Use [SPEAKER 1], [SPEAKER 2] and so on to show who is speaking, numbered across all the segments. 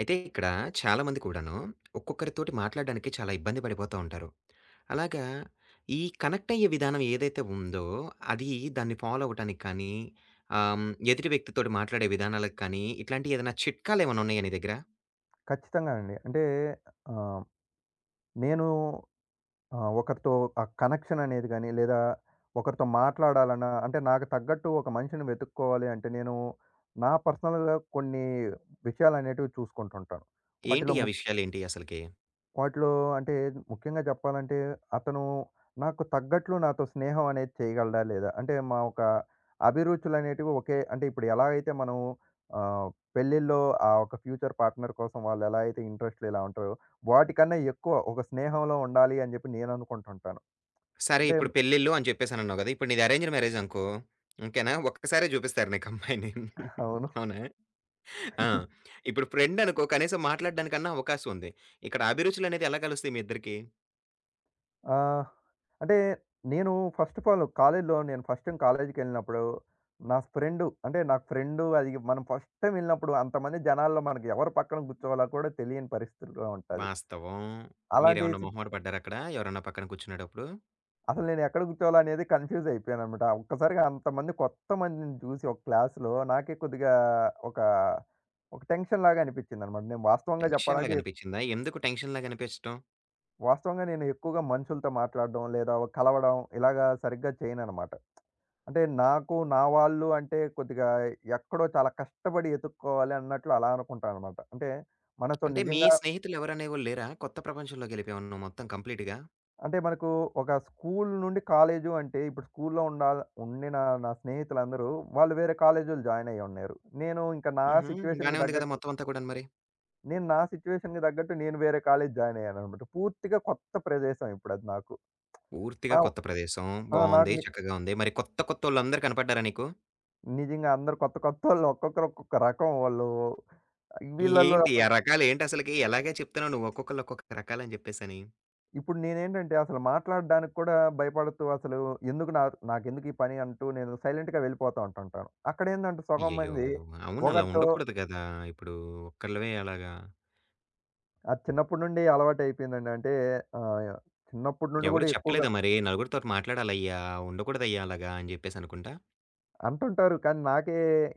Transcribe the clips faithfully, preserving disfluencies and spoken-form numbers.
[SPEAKER 1] అయితే ఇక్కడ చాలామంది కూడాను ఒక్కొక్కరితోటి మాట్లాడడానికి చాలా ఇబ్బంది పడిపోతూ ఉంటారు. అలాగా ఈ కనెక్ట్ అయ్యే విధానం ఏదైతే ఉందో, అది దాన్ని ఫాలో అవ్వటానికి కానీ, ఆహ్, హ్మ్, ఎదుటి వ్యక్తితోటి మాట్లాడే విధానాలకు కానీ, ఇట్లాంటియి ఏదైనా చిట్కాలేమన్నా ఉన్నాయా నీ దగ్గర?
[SPEAKER 2] ఖచ్చితంగా అండి. అంటే ఆహ్, నేను ఆహ్, ఒకరితో ఆ కనెక్షన్ అనేది గాని, లేదా ఒకరితో మాట్లాడాలన్నా అంటే నాకు తగ్గట్టు ఒక మనిషిని వెతుక్కోవాలి అంటే, నేను నా పర్సనల్‌గా కొన్ని విషయాలనేటివి చూసుకుంటుంటాను.
[SPEAKER 1] ఏంటి
[SPEAKER 2] వాటిలో
[SPEAKER 1] ఆ విషయాలేంటి అసలకి?
[SPEAKER 2] వాటిలో అంటే ముఖ్యంగా చెప్పాలంటే అతను నాకు తగ్గట్లు నాతో స్నేహం అనేది చేయగలడా లేదా? అంటే మా ఒక అభిరుచులనేటివి ఒకే అంటే ఇప్పుడు ఎలా అయితే మనం ఆహ్, పెళ్ళిల్లో ఆ ఒక ఫ్యూచర్ పార్ట్‌నర్ కోసం వాళ్ళు ఎలా అయితే ఇంట్రెస్ట్‌లు ఇలా ఉంటారో, వాటికన్నా ఎక్కువ ఒక స్నేహంలో ఉండాలి అని చెప్పి నేను అనుకుంటుంటాను.
[SPEAKER 1] సరే
[SPEAKER 2] అంటే
[SPEAKER 1] ఇప్పుడు పెళ్ళిళ్ళు అని చెప్పేసనన్నావు గదా! ఇప్పుడు నీది అరేంజ్డ్ మ్యారేజ్ అనుకో. ఓకేనా? ఒక్కసారే చూపిస్తారు నీకు అమ్మాయిని.
[SPEAKER 2] అవును.
[SPEAKER 1] అవునా? ఆ! ఇప్పుడు ఫ్రెండ్ అనుకో కనీసం మాట్లాడడానికన్నా అవకాశం ఉంది. ఇక్కడ అభిరుచులనేది ఎలా కలుస్తాయి మీ ఇద్దరికీ?
[SPEAKER 2] ఆహ్, అంటే నేను ఫస్ట్ ఆఫ్ ఆల్ కాలేజ్‌లో నేను ఫస్ట్ టైమ్ కాలేజ్‌కెళ్ళినప్పుడు నా ఫ్రెండు అంటే నాకు ఫ్రెండు అది మనం ఫస్ట్ టైమ్ వెళ్ళినప్పుడు అంతమంది జనాల్లో మనకి ఎవరు పక్కన కూర్చోవాలో కూడా తెలియని పరిస్థితిలో ఉంటది.
[SPEAKER 1] వాస్తవం.
[SPEAKER 2] అలాంటి
[SPEAKER 1] మీరేమన్నా
[SPEAKER 2] సి
[SPEAKER 1] మొహమాట పడ్డారక్కడ? ఎవరన్నా పక్కన కూర్చునేటప్పుడు?
[SPEAKER 2] అసలు నేను ఎక్కడ కూర్చోవాలో అనేది కన్‌ఫ్యూజ్ అయిపోయానన్నమాట. ఒక్కసారిగా అంతమంది కొత్త మందిని చూసి ఒక క్లాస్‌లో నాకే కొద్దిగా ఒక, ఒక టెన్షన్ లాగా అనిపించిందన్నమాట. నేను వాస్తవంగా చెప్పాలంటే
[SPEAKER 1] టెన్షన్‌లాగనిపిచ్చిందా? ఎందుకు టెన్షన్‌లాగనిపిచ్చటం?
[SPEAKER 2] వాస్తవంగా నేను ఎక్కువగా మనుషులతో మాట్లాడడం లేదా కలవడం ఇలాగా సరిగ్గా చేయనన్నమాట. అంటే నాకు, నా వాళ్ళు అంటే కొద్దిగా ఎక్కడో చాలా కష్టపడి ఎతుక్కోవాలి అన్నట్లు అలా అనుకుంటాననమాట. అంటే మనతో
[SPEAKER 1] అంటే మీ
[SPEAKER 2] నిజంగా
[SPEAKER 1] స్నేహితులెవరనేవోళ్ళు లేరా? కొత్త ప్రపంచంలోకెళ్ళిపోయావా నువ్వు మొత్తం కంప్లీట్‌గా?
[SPEAKER 2] అంటే మనకు ఒక స్కూల్ నుండి కాలేజు అంటే ఇప్పుడు స్కూల్‌లో ఉండాల ఉండిన నా స్నేహితులందరూ వాళ్ళు వేరే కాలేజీలు జాయిన్ అయ్యున్నారు. నేను ఇంకా నా
[SPEAKER 1] హుహు. బానే
[SPEAKER 2] సిట్యుయేషన్‌కి
[SPEAKER 1] ఉంది గదా!
[SPEAKER 2] తగ్గట్టు
[SPEAKER 1] మొత్తం అంతా కూడాను మరి.
[SPEAKER 2] నేను నా సిట్యుయేషన్‌కి తగ్గట్టు నేను వేరే కాలేజీ జాయిన్ అయ్యాననమాట. పూర్తిగా కొత్త ప్రదేశం ఇప్పుడది నాకు.
[SPEAKER 1] పూర్తిగా
[SPEAKER 2] నా
[SPEAKER 1] కొత్త ప్రదేశం.
[SPEAKER 2] ఆ! నాకు
[SPEAKER 1] బావుంది.
[SPEAKER 2] ని
[SPEAKER 1] చక్కగా ఉంది. మరి కొత్త కొత్తోళ్ళందరూ కనపడ్డారా నీకు?
[SPEAKER 2] నిజంగా అందరూ కొత్త కొత్తోళ్ళు ఒక్కొక్కరు ఒక్కొక్క రకం వాళ్ళు. వీళ్ళలో
[SPEAKER 1] ఏంటి ఆ రకాలేంటసలకి? ఎలాగా చెప్తున్నావు నువ్వు ఒక్కొక్కళ్ళు ఒక్కొక్క రకాలని జెప్పేసని?
[SPEAKER 2] ఇప్పుడు నేనేంటంటే అసలు మాట్లాడడానికి కూడా భయపడుతూ అసలు ఎందుకు నా నాకెందుకు ఈ పని అంటూ నేను సైలెంట్‌గా వెళ్ళిపోతా ఉంటుంటాను. అక్కడేందంటే సగం
[SPEAKER 1] అయ్యయ్యో!
[SPEAKER 2] మంది
[SPEAKER 1] అవును. అలా
[SPEAKER 2] ఒకరితో
[SPEAKER 1] ఉండకూడదు గదా! ఇప్పుడు ఒక్కళ్ళవే అలాగా
[SPEAKER 2] అది చిన్నప్పటి నుండి అలవాటయిపోయిందండి. అంటే ఆహ్, చిన్నప్పటి నుండి
[SPEAKER 1] ఎవరు
[SPEAKER 2] కూడా ఎక్కువగా
[SPEAKER 1] చెప్పలేదా మరి? నలుగురితోటి మాట్లాడాలయ్యా! ఉండకూడదయ్యా అలాగా అని జెప్పేసి అనుకుంటా.
[SPEAKER 2] అంటుంటారు. కానీ నాకే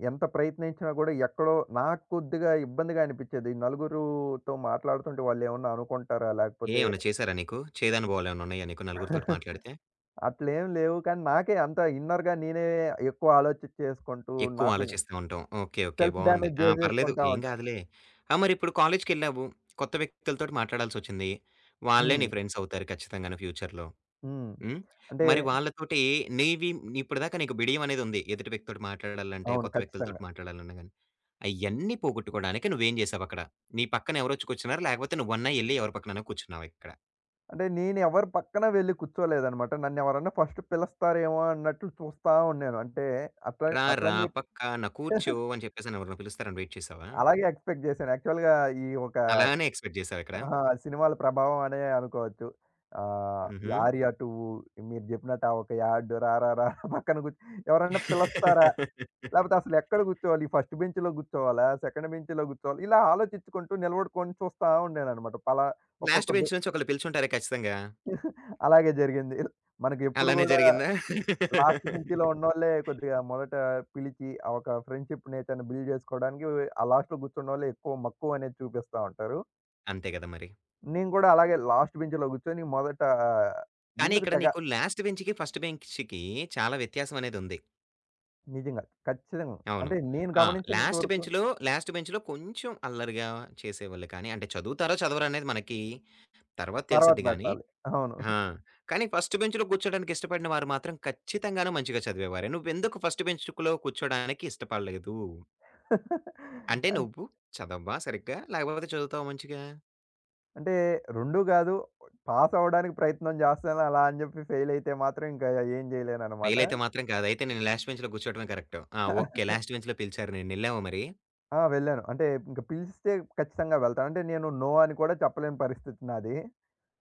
[SPEAKER 2] ఎంత ప్రయత్నించినా కూడా ఎక్కడో నాకు కొద్దిగా ఇబ్బందిగా అనిపిచ్చేది. నలుగురుతో మాట్లాడుతుంటే వాళ్ళేమన్నా అనుకుంటారా?
[SPEAKER 1] ఏ
[SPEAKER 2] లేకపోతే
[SPEAKER 1] ఏమన్నా చేసారా నీకు? చేదనుభవాలేమన్నా ఉన్నాయా నీకు నలుగురితోటి మాట్లాడితే?
[SPEAKER 2] అట్లేం లేవు. కానీ నాకే అంత ఇన్నర్‌గా నేనే ఎక్కువ ఆలోచించేసుకుంటూ
[SPEAKER 1] ఎక్కువ
[SPEAKER 2] నాకు నే
[SPEAKER 1] ఆలోచిస్తా ఉంటాం. ఓకే. ఓకే.
[SPEAKER 2] సెల్ఫ్
[SPEAKER 1] బావుంది.
[SPEAKER 2] డామేజ్
[SPEAKER 1] ఆ! పర్లేదు
[SPEAKER 2] జేసేసుకుంటా
[SPEAKER 1] ఏం
[SPEAKER 2] ఉంటా.
[SPEAKER 1] కాదులే. ఆ! మరిప్పుడు కాలేజ్‌కెళ్ళావు. కొత్త వ్యక్తులతోటి మాట్లాడాల్సొచ్చింది. వాళ్ళే నీ
[SPEAKER 2] హ్మ్.
[SPEAKER 1] ఫ్రెండ్స్ అవుతారు ఖచ్చితంగాను ఫ్యూచర్‌లో.
[SPEAKER 2] హ్మ్.
[SPEAKER 1] హ్మ్.
[SPEAKER 2] అంటే
[SPEAKER 1] మరి వాళ్ళతోటి నీవి ఇప్పటిదాకా నీకు బిడియం అనేదుంది. ఎదుటి వ్యక్తితోటి మాట్లాడాలంటే,
[SPEAKER 2] అవును.
[SPEAKER 1] కొత్త వ్యక్తులతోటి
[SPEAKER 2] ఖచ్చితంగా.
[SPEAKER 1] మాట్లాడాలన్నా గాని. అయన్నీ పోగొట్టుకోవడానికి నువ్వేం జేసావక్కడ? నీ పక్కన ఎవరొచ్చి కూర్చున్నారా? లేకపోతే నువ్వన్నా ఎళ్లి ఎవరి పక్కనన్నా కూర్చున్నావా ఇక్కడ?
[SPEAKER 2] అంటే నేనెవరి పక్కన వెళ్లి కూర్చోలేదనమాట. నన్నెవరన్నా ఫస్ట్ పిలుస్తారేమో అన్నట్లు చూస్తా ఉన్నాను. అంటే అట్లా
[SPEAKER 1] రా, రా
[SPEAKER 2] అట్లని చెప్పి
[SPEAKER 1] పక్కాన కూర్చో అని చెప్పేసని ఎవరైనా పిలుస్తారని వెయిట్ చేసావా?
[SPEAKER 2] అలాగే ఎక్స్‌పెక్ట్ చేశాను. యాక్చువల్‌గా ఈ ఒక
[SPEAKER 1] అలానే ఎక్స్‌పెక్ట్ చేసావా ఇక్కడ?
[SPEAKER 2] ఆహా! సినిమాల ప్రభావం అనే అనుకోవచ్చు. ఆహ్, ఈ
[SPEAKER 1] హుహు.
[SPEAKER 2] 'ఆర్య టూ' మీరు చెప్పినట్టు ఆ ఒక యాడ్ రా రా రా పక్కన కూర్చో ఎవరన్నా పిలుస్తారా? లేపోతే అసలు ఎక్కడ కూర్చోవాలి? ఫస్ట్ బెంచ్‌లో కూర్చోవాలా? సెకండ్ బెంచ్‌లో కూర్చోవాలా? ఇలా ఆలోచించుకుంటూ నిలబడుకొని చూస్తా ఉండేననమాట. పలా ఒక్కొక్క
[SPEAKER 1] లాస్ట్
[SPEAKER 2] బె
[SPEAKER 1] బెంచ్ నుంచి ఒకళ్ళు పిలిచుంటారే ఖచ్చితంగా.
[SPEAKER 2] అలాగే జరిగింది. మనకి ఎప్పుడు
[SPEAKER 1] అలానే
[SPEAKER 2] గూడా
[SPEAKER 1] జరిగిందా?
[SPEAKER 2] లాస్ట్ బెంచీలో ఉన్నోళ్ళే కొద్దిగా మొదట పిలిచి, ఆ ఒక ఫ్రెండ్‌షిప్ నేచర్‌ని బిల్డ్ జేసుకోవడానికి ఆ లాస్ట్‌లో కూర్చున్నోళ్ళే ఎక్కువ మక్కువ అనేది చూపిస్తా ఉంటారు.
[SPEAKER 1] అంతే గదా మరి.
[SPEAKER 2] నేను గూడా అలాగే లాస్ట్ బెంచ్‌లో కూర్చొని మొదట
[SPEAKER 1] కానీ
[SPEAKER 2] ఎందుకు
[SPEAKER 1] ఇక్కడ
[SPEAKER 2] తెగ
[SPEAKER 1] నీకు లాస్ట్ బెంచ్‌కి, ఫస్ట్ బెంచ్‌కి చాలా వ్యత్యాసం అనేదుంది.
[SPEAKER 2] నిజంగా ఖచ్చితంగా.
[SPEAKER 1] అవును.
[SPEAKER 2] అంటే నేను
[SPEAKER 1] ఆ!
[SPEAKER 2] గమనించినంత
[SPEAKER 1] లాస్ట్
[SPEAKER 2] వరకు
[SPEAKER 1] బెంచ్‌లో, లాస్ట్ బెంచ్‌లో కొంచెం అల్లరిగా చేసేవాళ్ళు కానీ, అంటే చదువుతారో చదవరో అనేది మనకి తర్వాత
[SPEAKER 2] తర్వాత
[SPEAKER 1] తెలిసిద్ది గానీ
[SPEAKER 2] బెట్టాలి. అవును.
[SPEAKER 1] ఆ! కానీ ఫస్ట్ బెంచ్‌లో కూర్చోడానికి ఇష్టపడిన వారు మాత్రం ఖచ్చితంగాను మంచిగా చదివేవారే. నువ్వెందుకు ఫస్ట్ బెంచ్‌లో కూర్చోడానికి ఇష్టపడలేదు? అంటే
[SPEAKER 2] అన్
[SPEAKER 1] నువ్వు చదవవా సరిగ్గా? లేకపోతే చదువుతావా మంచిగా?
[SPEAKER 2] అంటే రెండు గాదు. పాస్ అవ్వడానికి ప్రయత్నం జేస్తాను. అలా అని జెప్పి ఫెయిల్ అయితే మాత్రం ఇంకా ఏం జేయలేననమాట.
[SPEAKER 1] ఫెయిలయితే మాత్రం కాదు. అయితే నేను లాస్ట్ బెంచ్‌లో కూర్చోవడమే కరెక్టు. ఆ! ఓకే. లాస్ట్ బెంచ్‌లో పిలిచారు నిన్నెళ్ళావా మరి?
[SPEAKER 2] ఆ! వెళ్ళాను. అంటే ఇంక పిలిస్తే ఖచ్చితంగా వెళ్తాను. అంటే నేను నో అని కూడా చెప్పలేని పరిస్థితి నాది.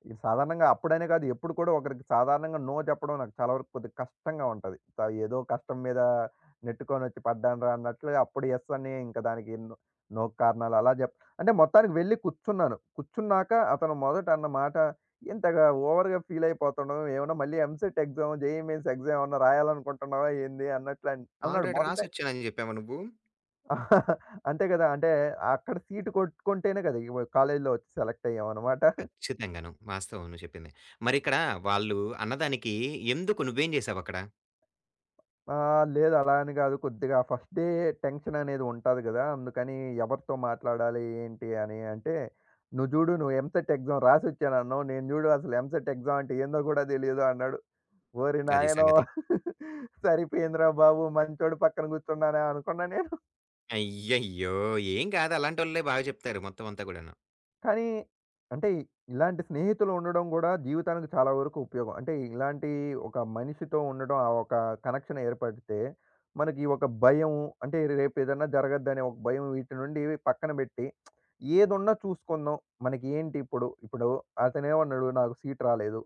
[SPEAKER 2] ఇది సాధారణంగా అప్పుడనే కాదు, ఎప్పుడు కూడా ఒకరికి సాధారణంగా నో చెప్పడం నాకు చాలా వరకు కొద్దిగా కష్టంగా ఉంటది. త ఏదో కష్టం మీద నెట్టుకొనొచ్చి పడ్డానురా అన్నట్లుగా అప్పుడు యెస్ అని ఇంక దానికి నో నో కారణాలు అలా జెప్ అంటే మొత్తానికి వెళ్ళి కూర్చున్నాను. కూర్చున్నాక అతను మొదట అన్న మాట ఇంతగా ఓవర్‌గా ఫీల్ అయిపోతున్నావు. ఏమన్నా మళ్ళీ EAMCET exam, JEE mains exam ఏమన్నా రాయాలనుకుంటున్నావా ఏంది అన్నట్లు అన్ అన్నాడు.
[SPEAKER 1] ఆల్రెడీ
[SPEAKER 2] మొదట
[SPEAKER 1] రాసొచ్చానని జెప్పావా నువ్వు?
[SPEAKER 2] అంతే కదా! అంటే అక్కడ సీటు కొట్టుకుంటేనే కదా! ఇవ కాలేజీలో వచ్చి సెలెక్ట్ అయ్యామన్నమాట.
[SPEAKER 1] ఖచ్చితంగాను. వాస్తవం నువ్వు చెప్పింది. మరిక్కడ వాళ్ళు అన్నదానికి ఎందుకు నువ్వేం జేశావక్కడ?
[SPEAKER 2] ఆహ్, లేదు అలా అని కాదు కొద్దిగా ఫస్ట్ డే టెన్షన్ అనేది ఉంటాది కదా! అందుకని ఎవరితో మాట్లాడాలి? ఏంటి? అని అంటే, "నువ్వు చూడు నువ్వు ఎంసెట్ ఎగ్జామ్ రాసొచ్చానన్నావు. నేను చూడు అసలు ఎంసెట్ ఎగ్జామ్ అంటే ఏందో కూడా తెలీదు" అన్నాడు. ఓరి
[SPEAKER 1] అది
[SPEAKER 2] నాయనో!
[SPEAKER 1] సంగతి.
[SPEAKER 2] సరిపోయిందిరా బాబు! మంచోడు పక్కన కూర్చున్నానే అనుకున్నా నేను.
[SPEAKER 1] అయ్యయ్యో! ఏం కాదు అలాంటోళ్ళే బాగా చెప్తారు మొత్తం అంతా కూడాను.
[SPEAKER 2] కానీ అంటే ఇలాంటి స్నేహితులు ఉండడం గూడా జీవితానికి చాలా వరకు ఉపయోగం. అంటే ఇలాంటి ఒక మనిషితో ఉండడం, ఆ ఒక కనెక్షన్ ఏర్పడితే మనకి ఈ ఒక భయం అంటే రేపు ఏదన్నా జరగద్దనే ఒక భయం వీటి నుండి పక్కన పెట్టి ఏదున్నా చూసుకుందాం. మనకి ఏంటి ఇప్పుడు, ఇప్పుడు అతనేమన్నాడు నాకు సీట్ రాలేదు.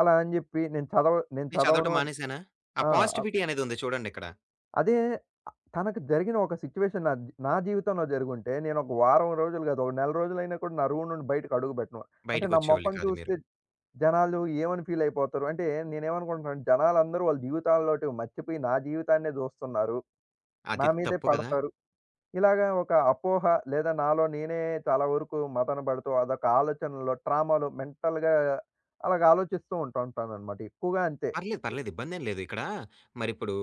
[SPEAKER 2] అలా అని జెప్పి నేను చదవ నేను
[SPEAKER 1] నేను చదవటం
[SPEAKER 2] చదవను అని
[SPEAKER 1] మానేసానా? ఆ
[SPEAKER 2] ఆ! అ-
[SPEAKER 1] పాజిటివిటీ అనేదుంది చూడండిక్కడ.
[SPEAKER 2] అదే తనకు జరిగిన ఒక సిట్యుయేషన్ నా జీ నా జీవితంలో జరుగుంటే, నేనొక వారం రోజులు గాదు, ఒక నెల రోజులైనా కూడా నా రూమ్ నుండి బయటకి అడుగు బెట్టను. అంటే నా
[SPEAKER 1] బయటికొచ్చేవాళ్ళు
[SPEAKER 2] మొఖం
[SPEAKER 1] కాదు మీరు.
[SPEAKER 2] చూస్తే జనాలు ఏమని ఫీల్ అయిపోతారు? అంటే నేనేమనుకుంటున్నాను, జనాలందరూ వాళ్ళ జీవితాల్లోటివి మర్చిపోయి నా జీవితాన్నే జూస్తున్నారు. నా
[SPEAKER 1] అది
[SPEAKER 2] మీదే
[SPEAKER 1] తప్పు కదా!
[SPEAKER 2] పడతారు. ఇలాగా ఒక అపోహ లేదా నాలో నేనే చాలా వరకు మదన బడుతూ అదొక ఆలోచనలో, ట్రామాలో మెంటల్‌గా అలాగ ఆలోచిస్తూ ఉంటూ ఉంటాననమాట. ఎక్కువగా అంతే.
[SPEAKER 1] పర్లేదు, పర్లేదు ఇబ్బందేం లేదు. ఇక్కడ మరిప్పుడు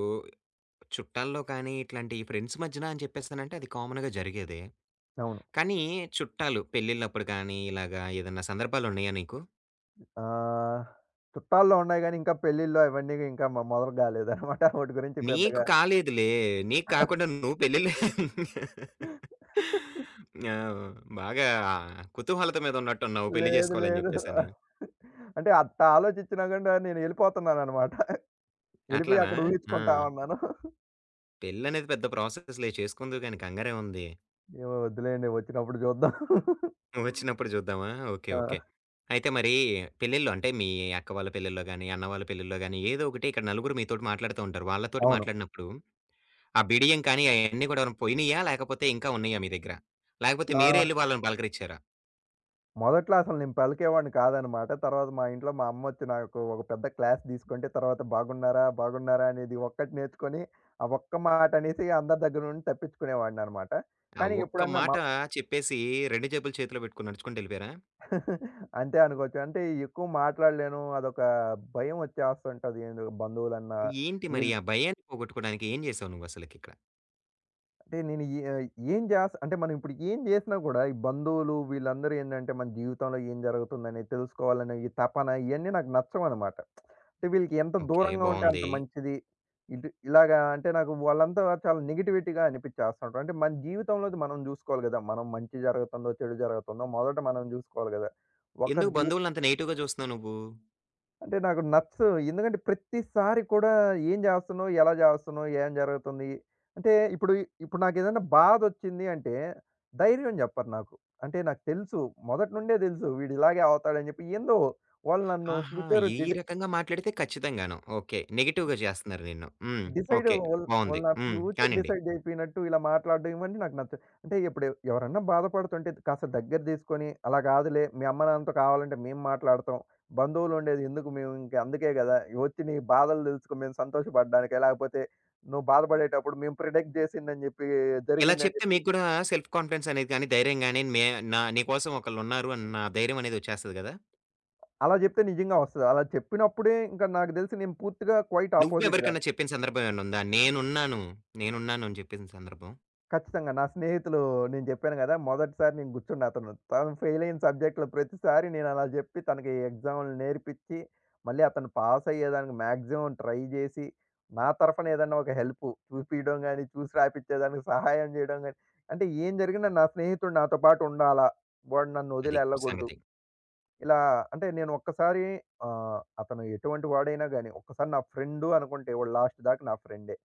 [SPEAKER 1] చుట్టాల్లో కానీ, ఇట్లాంటి ఫ్రెండ్స్ మధ్యన అని చెప్పేసానంటే అది కామన్‌గా జరిగేదే.
[SPEAKER 2] అవును.
[SPEAKER 1] కానీ చుట్టాలు పెళ్ళిళ్ళప్పుడు కానీ, ఇలాగా ఏదన్నా సందర్భాలున్నాయా నీకు?
[SPEAKER 2] ఆహ్, చుట్టాల్లో ఉన్నాయి గానీ, ఇంకా పెళ్ళిళ్ళు అవన్నీ ఇంకా మ మొదలు గాలేదనమాట. వోటి గురించి
[SPEAKER 1] నీకు
[SPEAKER 2] పెద్దగా.
[SPEAKER 1] కాలేదులే. నీకు కాకుండా నువ్వు పెళ్ళిళ్ళు ఆ! బాగా కుతూహలత మీద ఉన్నట్టున్నావు పెళ్లి
[SPEAKER 2] లేదు.
[SPEAKER 1] జేసుకోవాలని
[SPEAKER 2] లేదు.
[SPEAKER 1] జెప్పేసని.
[SPEAKER 2] అంటే అట్ట ఆలోచించినా గూడా నేను ఎళ్ళిపోతున్నాననమాట. ఎళ్ళిపోయి
[SPEAKER 1] అట్లానా?
[SPEAKER 2] అక్కడ
[SPEAKER 1] ఆ!
[SPEAKER 2] ఊహించుకుంటా ఉన్నాను.
[SPEAKER 1] పెళ్ళనేది పెద్ద ప్రాసెస్‌లే చేసుకుందువు గాని కంగారేముంది.
[SPEAKER 2] ఏమో వద్దులేండి వచ్చినప్పుడు జూద్దాం.
[SPEAKER 1] వచ్చినప్పుడు చూద్దామా? ఓకే.
[SPEAKER 2] ఆ!
[SPEAKER 1] ఓకే. అయితే మరి పెళ్ళిళ్ళు అంటే మీ అక్క వాళ్ళ పెళ్ళిల్లో గాని, అన్న వాళ్ళ పెళ్ళిల్లో గాని ఏదో ఒకటి ఇక్కడ నలుగురు మీతోటి మాట్లాడుతూ ఉంటారు. వాళ్ళతోటి
[SPEAKER 2] అవును.
[SPEAKER 1] మాట్లాడినప్పుడు ఆ బిడియం కానీ అయన్నీ కూడా పోయినియా? లేకపోతే ఇంకా ఉన్నాయా మీ దగ్గర? లేకపోతే
[SPEAKER 2] ఆ!
[SPEAKER 1] మీరే ఎళ్లి వాళ్ళని పలకరిచ్చారా?
[SPEAKER 2] మొదట్లో అసలు నేను పలికేవాడిని కాదనమాట. తర్వాత మా ఇంట్లో మా అమ్మొచ్చి నాకు ఒక పెద్ద క్లాస్ తీసుకుంటే, తర్వాత "బాగున్నారా? బాగున్నారా?" అనేది ఒక్కటి నేర్చుకొని, ఆ ఒక్క మాట అనేసి అందరి దగ్గర నుండి తప్పించుకునేవాడిననమాట.
[SPEAKER 1] ఆ
[SPEAKER 2] కానీ
[SPEAKER 1] ఒక్క
[SPEAKER 2] ఎప్పుడన్నా
[SPEAKER 1] మాట
[SPEAKER 2] మా
[SPEAKER 1] చెప్పేసి రెండు జేబులు చేతిలో పెట్టుకొని నడుచుకుంటెళ్ళిపోయారా?
[SPEAKER 2] అంతే అనుకోవచ్చు. అంటే ఎక్కువ మాట్లాడలేను. అదొక భయం వచ్చేస్తుంటది. ఏందో బంధువులన్నా
[SPEAKER 1] ఏంటి మరి
[SPEAKER 2] వీళ్ళు
[SPEAKER 1] ఆ భయాన్ని పోగొట్టుకోవడానికి ఏం చేసావు నువ్వసలకిక్కడ?
[SPEAKER 2] అంటే నేను ఏ ఏం చేస్ అంటే మనం ఇప్పుడు ఏం చేసినా కూడా ఈ బంధువులు వీళ్ళందరూ ఏంటంటే మన జీవితంలో ఏం జరుగుతుందని తెలుసుకోవాలనే ఈ తపన ఇయన్నీ నాకు నచ్చవనమాట. అంటే వీళ్ళకి ఎంత
[SPEAKER 1] ఓకే.
[SPEAKER 2] దూరంగా ఉంటే అంత
[SPEAKER 1] బావుంది.
[SPEAKER 2] మంచిది. ఇటు ఇలాగా అంటే నాకు వాళ్ళంతా చాలా నెగటివిటీగా అనిపిచ్చేస్తుంటారు. అంటే మన జీవితంలోది మనం చూసుకోవాలి గదా! మనం మంచి జరుగుతుందో, చెడు జరుగుతుందో మొదట మనం చూసుకోవాలి గదా! ఒకరి
[SPEAKER 1] ఎందుకు
[SPEAKER 2] జీవి
[SPEAKER 1] బంధువులనంత నెగెటివ్‌గా చూస్తున్నావు నువ్వు?
[SPEAKER 2] అంటే నాకు నచ్చదు. ఎందుకంటే ప్రతిసారి కూడా ఏం చేస్తున్నావు? ఎలా చేస్తున్నావు? ఏం జరుగుతుంది? అంటే ఇప్పుడు ఇప్పుడు నాకేదైనా బాధొచ్చింది అంటే ధైర్యం చెప్పరు నాకు. అంటే నాకు తెలుసు. మొదటి నుండే తెలుసు వీడు ఇలాగే అవుతాడని చెప్పి ఏందో వాళ్ళు నన్ను
[SPEAKER 1] ఆహా!
[SPEAKER 2] ఫ్యూచర్
[SPEAKER 1] ఈ ఈ
[SPEAKER 2] డిట
[SPEAKER 1] రకంగా మాట్లాడితే ఖచ్చితంగాను. ఓకే. నెగెటివ్‌గా చేస్తున్నారు నిన్ను. హ్మ్.
[SPEAKER 2] Decide
[SPEAKER 1] okay.
[SPEAKER 2] వాళ్ళు
[SPEAKER 1] బావుంది.
[SPEAKER 2] వాళ్ళు నా
[SPEAKER 1] హ్మ్.
[SPEAKER 2] ఫ్యూచర్
[SPEAKER 1] కానియండి.
[SPEAKER 2] డిసైడ్ అయిపోయినట్టు ఇలా మాట్లాడడం ఇవన్నీ నాకు నచ్చదు. అంటే ఇప్పుడు ఎవ- ఎవరన్నా బాధపడుతుంటే కాస్త దగ్గర తీసుకొని, అలా కాదులే మీ అమ్మ నాన్నతో కావాలంటే మేము మాట్లాడతాం. బంధువులు ఉండేది ఎందుకు మేము ఇంక అందుకే కదా! వచ్చి నీ బాధలు తెలుసుకో మేము సంతోషపడడానికే. లేకపోతే నువ్వు బాధపడేటప్పుడు మేము ప్రిడిక్ట్ చేసిందని చెప్పి
[SPEAKER 1] ఇలా
[SPEAKER 2] జరిగిందని
[SPEAKER 1] చెప్తే
[SPEAKER 2] చెప్పి
[SPEAKER 1] మీకు కూడా సెల్ఫ్ కాన్ఫిడెన్స్ అనేది గాని, ధైర్యం గాని నే నా నీ కోసం ఒకళ్ళున్నారు అన్న ధైర్యం అనేది వచ్చేస్తది గదా!
[SPEAKER 2] అలా చెప్తే నిజంగా వస్తది. అలా చెప్పినప్పుడే ఇంకా నాకు తెలిసి నేను పూర్తిగా క్వైట్ అపోజిట్‌గా
[SPEAKER 1] నువ్వెవరికన్నా చెప్పిన సందర్భం ఏమన్నా ఉందా? నేనున్నాను. నేనున్నాను అని చెప్పేసిన సందర్భం.
[SPEAKER 2] ఖచ్చితంగా. నా స్నేహితులు నేను జెప్పాను గదా! మొదటిసారి నేను గుర్చుండ అతను. తను ఫెయిల్ అయిన సబ్జెక్ట్‌లో ప్రతిసారి నేను అలా జెప్పి తనకి ఎగ్జామ్‌లు నేర్పిచ్చి, మళ్ళీ అతను పాస్ అయ్యేదానికి మాక్సిమం ట్రై జేసి, నా తరఫున ఏదన్నా ఒక హెల్పు చూపియడం గాని, చూసి రాపిచ్చేదానికి సహాయం జేయడం గాని, అంటే ఏం జరిగినా నా స్నేహితుడు నాతో పాటు ఉండాలా. వాడు నన్ను వదిలి
[SPEAKER 1] అది
[SPEAKER 2] ఎళ్ళగూడదు.
[SPEAKER 1] సంగతి.
[SPEAKER 2] ఇలా అంటే నేను ఒక్కసారి ఆహ్, అతను ఎటువంటి వాడైనా గాని, ఒక్కసారి నా ఫ్రెండు అనుకుంటే వాడు లాస్ట్ దాకా నా ఫ్రెండే.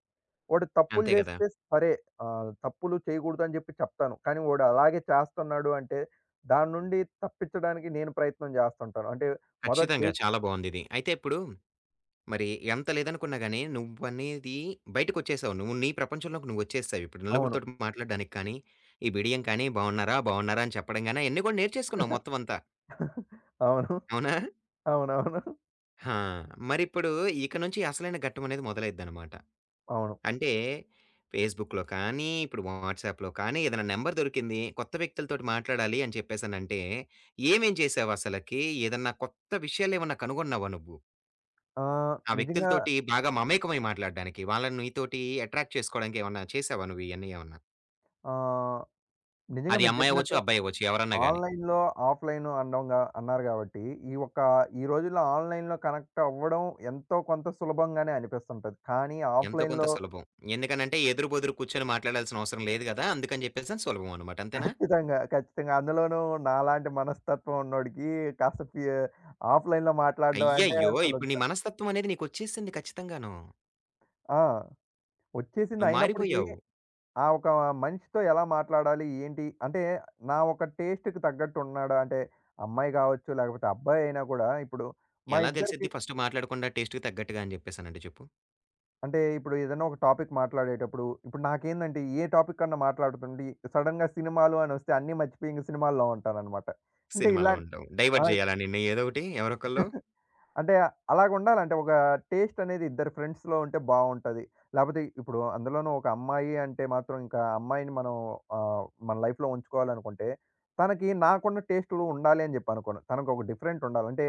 [SPEAKER 2] వాడు తప్పులు
[SPEAKER 1] అంతే గదా!
[SPEAKER 2] చేస్తే సరే ఆహ్, తప్పులు చేయకూడదు అని చెప్పి చెప్తాను. కానీ వాడు అలాగే చేస్తున్నాడు అంటే, దాని నుండి తప్పించడానికి నేను ప్రయత్నం చేస్తుంటాను. అంటే మొదట
[SPEAKER 1] ఖచ్చితంగా.
[SPEAKER 2] చెయ్
[SPEAKER 1] చాలా బావుందిది. అయితే ఇప్పుడు మరి ఎంత లేదనుకున్నా గాని, నువ్వనేది బయటకొచ్చేసావు. నువ్వు నీ ప్రపంచంలోకి నువ్వొచ్చేసావు. ఇప్పుడు
[SPEAKER 2] అవును.
[SPEAKER 1] నలుగురితోటి మాట్లాడడానికి కానీ, ఈ బిడియం కానీ, బావున్నారా? బావున్నారా? అని చెప్పడం గాని, అయన్నీ కూడా నేర్చేసుకున్నావు మొత్తం అంతా.
[SPEAKER 2] అవును.
[SPEAKER 1] అవునా?
[SPEAKER 2] అవునవును.
[SPEAKER 1] ఆ! మరిప్పుడు ఇక నుంచి అసలైన ఘట్టమనేది మొదలైద్దనమాట.
[SPEAKER 2] అవును.
[SPEAKER 1] అంటే, ఫేస్‌బుక్‌లో కానీ, ఇప్పుడు వాట్సాప్‌లో కానీ, ఏదైనా నంబర్ దొరికింది. కొత్త వ్యక్తులతోటి మాట్లాడాలి అని చెప్పేసనంటే, ఏమేం చేసావసలకి? ఏదన్నా కొత్త విషయాలేమన్నా కనుగొన్నావా నువ్వు?
[SPEAKER 2] ఆహ్,
[SPEAKER 1] ఆ
[SPEAKER 2] నిజంగా
[SPEAKER 1] వ్యక్తులతోటి బాగా మమేకమై మాట్లాడడానికి. వాళ్ళని నీతోటి అట్రాక్ట్ చేసుకోవడానికి ఏమన్నా చేసావా నువ్వు ఇయన్నీ ఏమన్నా?
[SPEAKER 2] ఆహ్, నిజంగా
[SPEAKER 1] అది
[SPEAKER 2] మీరు
[SPEAKER 1] అమ్మాయి అవ్వచ్చు,
[SPEAKER 2] చెప్పినట్టు
[SPEAKER 1] అబ్బాయి అవ్వచ్చు ఎవరన్నా గాని.
[SPEAKER 2] ఆన్‌లైన్‌లో, ఆఫ్‌లైను అనడంగా అన్నారు కాబట్టి, ఈ ఒక్క ఈ రోజుల్లో ఆన్‌లైన్‌లో కనెక్ట్ అవ్వడం ఎంతో కొంత సులభంగానే అనిపిస్తుంటది. కానీ
[SPEAKER 1] ఎంతో కొంత
[SPEAKER 2] ఆఫ్‌లైన్‌లో
[SPEAKER 1] సులభం. ఎందుకనంటే ఎదురు బొదురు కూర్చొని మాట్లాడాల్సిన అవసరం లేదు గదా! అందుకని జెప్పేసని సులభం అనమాట. అంతేనా?
[SPEAKER 2] ఖచ్చితంగా. ఖచ్చితంగా. అందులోనూ నాలాంటి మనస్తత్వం ఉన్నోడికి కాస్త ఫి ఆఫ్‌లైన్‌లో మాట్లాడడం అంటే
[SPEAKER 1] అయ్యయ్యో!
[SPEAKER 2] అసలు
[SPEAKER 1] ఇప్పుడు నీ
[SPEAKER 2] ఇంకా,
[SPEAKER 1] మనస్తత్వం అనేది నీకొచ్చేసింది ఖచ్చితంగాను.
[SPEAKER 2] ఆ! వచ్చేసింది
[SPEAKER 1] నువ్వు
[SPEAKER 2] అయినప్పటికీ
[SPEAKER 1] మారిపోయావు.
[SPEAKER 2] ఆ ఒక మనిషితో ఎలా మాట్లాడాలి? ఏంటి? అంటే నా ఒక టేస్ట్‌కి తగ్గట్టు ఉన్నాడా? అంటే అమ్మాయి కావచ్చు, లేకపోతే అబ్బాయి అయినా కూడా ఇప్పుడు మా
[SPEAKER 1] ఎలా తెలిసిద్ది
[SPEAKER 2] ఇద్దరికి
[SPEAKER 1] ఫస్ట్ మాట్లాడకుండా టేస్ట్‌కి తగ్గట్టుగా అని జెప్పేసనంటే చెప్పు?
[SPEAKER 2] అంటే ఇప్పుడు ఏదైనా ఒక టాపిక్ మాట్లాడేటప్పుడు ఇప్పుడు నాకేందంటే ఏ టాపిక్ అన్నా మాట్లాడుతుంటే సడెన్‌గా సినిమాలు అని వస్తే అన్నీ మర్చిపోయి ఇంక సినిమాల్లో ఉంటాననమాట. అంటే
[SPEAKER 1] సినిమాల్లో
[SPEAKER 2] ఇలా
[SPEAKER 1] ఉండవు.
[SPEAKER 2] ఆ!
[SPEAKER 1] డైవర్ట్ జేయాలా నిన్ను ఏదో ఒకటి ఎవరొకళ్ళు?
[SPEAKER 2] అంటే అలాగుండాలంటే ఒక టేస్ట్ అనేది ఇద్దరు ఫ్రెండ్స్‌లో ఉంటే బావుంటది. లేపోతే ఇప్పుడు అందులోనూ ఒక అమ్మాయి అంటే మాత్రం ఇంకా అమ్మాయిని మనం ఆహ్, మన లైఫ్‌లో ఉంచుకోవాలనుకుంటే, తనకి నాకున్న టేస్టులు ఉండాలి అని జెప్పి అనుకోను. తనకు ఒక డిఫరెంట్ ఉండాలి. అంటే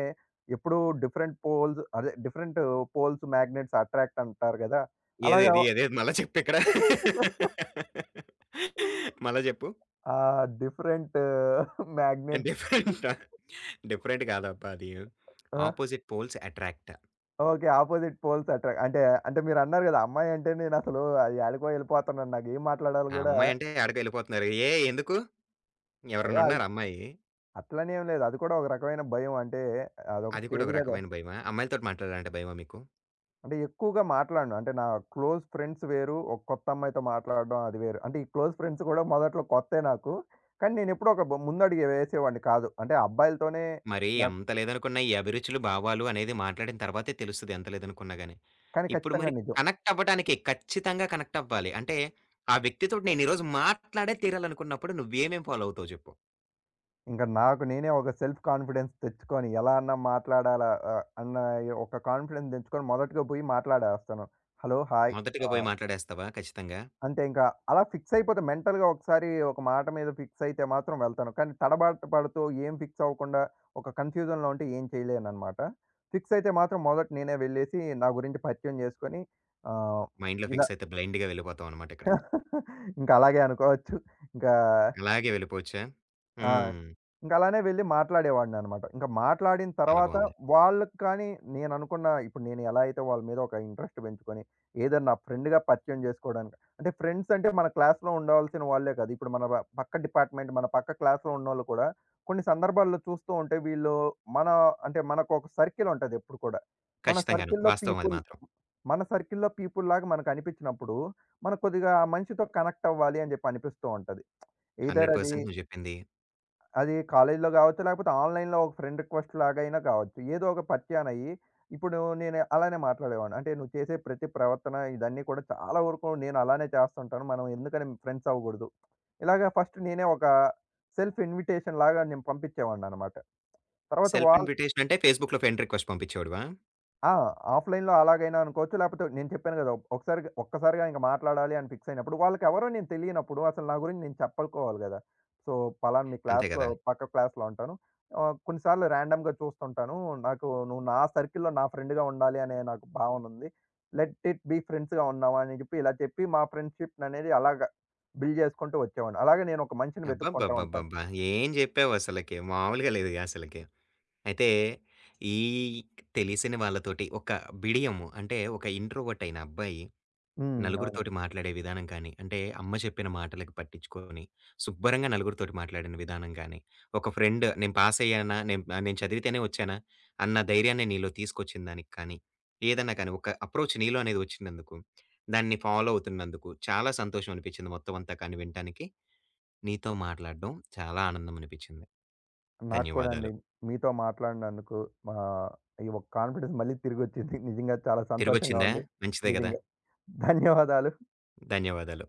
[SPEAKER 2] ఎప్పుడూ డిఫరెంట్ పోల్స్ అదే డిఫరెంట్ పోల్స్ మ్యాగ్నెట్స్ అట్రాక్ట్ అంటారు గదా! అలాగా
[SPEAKER 1] ఏదేది? ఏదేది? మళ్ళా చెప్పిక్కడ. మళ్ళా జెప్పు.
[SPEAKER 2] ఆ! డిఫరెంట్ మ్యాగ్నెట్స్
[SPEAKER 1] డిఫరెంట్ డిఫరెంట్ కాదబ్బా అది.
[SPEAKER 2] ఆ!
[SPEAKER 1] Opposite poles attract.
[SPEAKER 2] Okay. Opposite poles attract అంటే, అంటే మీరన్నారు గదా! అమ్మాయంటే నేనసలు అది యాడికో ఎళ్ళిపోతున్నాను. నాకేం మాట్లాడాలో
[SPEAKER 1] ఆ
[SPEAKER 2] గూడా
[SPEAKER 1] అమ్మాయి అంటే యాడికో ఎళ్ళిపోతున్నారు. ఏ ఎందుకు?
[SPEAKER 2] ఏ
[SPEAKER 1] ఎవరైనా
[SPEAKER 2] అది
[SPEAKER 1] ఉన్నారా అమ్మాయి?
[SPEAKER 2] అట్లని ఏం లేదు. అది కూడా ఒక రకమైన భయం. అంటే అదొక
[SPEAKER 1] అది కూడా
[SPEAKER 2] స్టేజ్
[SPEAKER 1] ఒక
[SPEAKER 2] గదా!
[SPEAKER 1] రకమైన భయమా? అమ్మాయిలతోటి మాట్లాడాలంటే భయమా మీకు?
[SPEAKER 2] అంటే ఎక్కువగా మాట్లాడను. అంటే నా క్లోజ్ ఫ్రెండ్స్ వేరు. ఒక కొత్త అమ్మాయితో మాట్లాడడం అది వేరు. అంటే ఈ క్లోజ్ ఫ్రెండ్స్ గూడా మొదట్లో కొత్తే నాకు. కానీ నేనెప్పుడూ ఒక బ ముందడుగే వేసేవాడిని కాదు. అంటే అబ్బాయిలతోనే
[SPEAKER 1] మరి
[SPEAKER 2] నాకు
[SPEAKER 1] అంత లేదనుకున్న ఈ అభిరుచులు, భావాలు అనేది మాట్లాడిన తర్వాతే తెలుస్తది ఎంత లేదనుకున్నా గాని.
[SPEAKER 2] కానీ
[SPEAKER 1] ఇప్పుడు
[SPEAKER 2] ఖచ్చితంగా
[SPEAKER 1] మరి
[SPEAKER 2] నిజం.
[SPEAKER 1] కనెక్ట్ అవ్వటానికి ఖచ్చితంగా కనెక్ట్ అవ్వాలి. అంటే ఆ వ్యక్తితోటి నేను ఈరోజు మాట్లాడే తీరాలనుకున్నప్పుడు నువ్వేమేం ఫాలో అవుతావు చెప్పు?
[SPEAKER 2] ఇంక నాకు నేనే ఒక సెల్ఫ్ కాన్ఫిడెన్స్ తెచ్చుకొని, ఎలా అన్నా మాట్లాడాలా ఆహ్, అన్న ఒక కాన్ఫిడెన్స్ తెచ్చుకొని మొదటగా పోయి మాట్లాడేస్తాను. హలో! హాయ్!
[SPEAKER 1] మొదటగా పోయి
[SPEAKER 2] ఆహ్,
[SPEAKER 1] మాట్లాడేస్తావా ఖచ్చితంగా?
[SPEAKER 2] అంటే ఇంకా అలా ఫిక్స్ అయిపోతే మెంటల్‌గా ఒకసారి ఒక మాట మీద ఫిక్స్ అయితే మాత్రం వెళ్తాను. కానీ తడబాటు పడుతూ ఏం ఫిక్స్ అవ్వకుండా ఒక కన్‌ఫ్యూజన్‌లో ఉంటే ఏం చేయలేననమాట. ఫిక్స్ అయితే మాత్రం మొదట నేనే వెళ్ళేసి నా గురించి పరిచయం చేసుకొని ఆహ్,
[SPEAKER 1] మైండ్‌లో
[SPEAKER 2] ఇలా
[SPEAKER 1] ఫిక్స్ అయితే బ్లైండ్‌గా వెళ్ళిపోతావనమాట ఇక్కడ.
[SPEAKER 2] ఇంకా అలాగే అనుకోవచ్చు. ఇంకా
[SPEAKER 1] అలాగే వెళ్ళిపోవచ్చా?
[SPEAKER 2] ఆ!
[SPEAKER 1] హ్మ్.
[SPEAKER 2] ఇంక అలానే వెళ్లి మాట్లాడేవాడిననమాట. ఇంక మాట్లాడిన
[SPEAKER 1] చాలా
[SPEAKER 2] తర్వాత
[SPEAKER 1] బావుంది.
[SPEAKER 2] వాళ్ళకి కానీ నేననుకున్న ఇప్పుడు నేను ఎలా అయితే వాళ్ళ మీద ఒక ఇంట్రెస్ట్ పెంచుకొని, ఏదైనా నా ఫ్రెండ్‌గా పరిచయం చేసుకోవడానికి అంటే ఫ్రెండ్స్ అంటే మన క్లాస్‌లో ఉండవలసిన వాళ్ళే కాదు. ఇప్పుడు మన ప- పక్క డిపార్ట్‌మెంట్, మన పక్క క్లాస్‌లో ఉన్నోళ్ళు కూడా కొన్ని సందర్భాల్లో చూస్తూ ఉంటే వీళ్ళు మన అంటే మనకొక సర్కిల్ ఉంటది ఎప్పుడు కూడా. మన
[SPEAKER 1] ఖచ్చితంగాను.
[SPEAKER 2] సర్కిల్‌లో
[SPEAKER 1] వాస్తవం అది
[SPEAKER 2] పీపుల్
[SPEAKER 1] మాత్రం.
[SPEAKER 2] మన సర్కిల్‌లో పీపుల్ లాగా మనకనిపించినప్పుడు, మనం కొద్దిగా ఆ మనిషితో కనెక్ట్ అవ్వాలి అని చెప్పి అనిపిస్తూ ఉంటది. ఎయిదర్ అది
[SPEAKER 1] నూరు శాతం నువ్వు జెప్పింది.
[SPEAKER 2] అది కాలేజీలో గావచ్చు, లేకపోతే ఆన్‌లైన్‌లో ఒక ఫ్రెండ్ రిక్వెస్ట్ లాగా అయినా కావచ్చు. ఏదో ఒక పరిచయానయ్యి, ఇప్పుడు నేను అలానే మాట్లాడేవాడిని. అంటే "నువ్వు చేసే ప్రతి ప్రవర్తన ఇదన్నీ కూడా చాలా వరకు నేను అలానే చేస్తుంటాను. మనం ఎందుకని ఫ్రెండ్స్ అవ్వకూడదు." ఇలాగ ఫస్ట్ నేనే ఒక సెల్ఫ్ ఇన్విటేషన్ లాగా నేను పంపించేవాడిననమాట. తర్వాత
[SPEAKER 1] సెల్ఫ్
[SPEAKER 2] వాళ్ళు
[SPEAKER 1] ఇన్విటేషన్ అంటే ఫేస్‌బుక్‌లో ఫ్రెండ్ రిక్వెస్ట్ పంపించేవాడివా?
[SPEAKER 2] ఆ! ఆఫ్‌లైన్‌లో అలాగైనా అనుకోవచ్చు. లేపోతే నేను చెప్పాను గదా! ఒకసారిగా ఒక్కసారిగా ఇంక మాట్లాడాలి అని ఫిక్స్ అయినప్పుడు, వాళ్ళకెవరో నేను తెలియనప్పుడు అసలు నా గురించి నేను చెప్పుకోవాలి గదా! సో, పలానా మీ
[SPEAKER 1] అంతే
[SPEAKER 2] క్లాస్‌లో
[SPEAKER 1] గదా!
[SPEAKER 2] పక్క క్లాస్‌లో ఉంటాను. ఆహ్, కొన్ని సార్లు ర్యాండమ్‌గా చూస్తుంటాను. నాకు నువ్వు నా సర్కిల్‌లో నా ఫ్రెండ్‌గా ఉండాలి అనే నాకు భావన ఉంది. లెట్ ఇట్ బి ఫ్రెండ్స్‌గా ఉందామా అని చెప్పి ఇలా చెప్పి మా ఫ్రెండ్‌షిప్‌ననేది అలాగా బిల్డ్ చేసుకుంటూ వచ్చేవాడిని. అలాగే నేను ఒక మనిషిని వెతుక్కుంటూ ఉంటాను.
[SPEAKER 1] అబ్బబ్బబ్బబ్బబ్బా! ఏం జెప్పావు అసలకి. మామూలుగా లేదు అసలకి. అయితే ఈ తెలిసిన వాళ్ళతోటి ఒక బిడియం అంటే ఒక ఇంట్రోవర్ట్ అయిన అబ్బాయి
[SPEAKER 2] హ్మ్. అవును.
[SPEAKER 1] నలుగురితోటి మాట్లాడే విధానం కానీ, అంటే అమ్మ చెప్పిన మాటలకి పట్టించుకొని, శుభ్రంగా నలుగురితోటి మాట్లాడిన విధానం గానీ, ఒక ఫ్రెండ్ నేను పాస్ అయ్యానా, నేను నేను చదివితేనే వచ్చానా అన్న ధైర్యాన్ని నీలో తీసుకొచ్చిన దానికి కానీ, ఏదన్నా కానీ ఒక అప్రోచ్ నీలో అనేది వచ్చినందుకు, దాన్ని ఫాలో అవుతున్నందుకు చాలా సంతోషం అనిపించింది మొత్తం అంతా కానీ వినటానికి. నీతో మాట్లాడడం చాలా ఆనందం అనిపించింది.
[SPEAKER 2] నాకు కూడా అండి.
[SPEAKER 1] ధన్యవాదాలు.
[SPEAKER 2] మీతో మాట్లాడినందుకు ఆహ్, ఈ ఒక కాన్ఫిడెన్స్ మళ్ళీ తిరిగొచ్చింది. నిజంగా చాలా సంతోషంగా
[SPEAKER 1] తిరిగొచ్చిందా?
[SPEAKER 2] ఉంది.
[SPEAKER 1] మంచిదే గదా!
[SPEAKER 2] నిజంగా ధన్యవాదాలు.
[SPEAKER 1] ధన్యవాదాలు.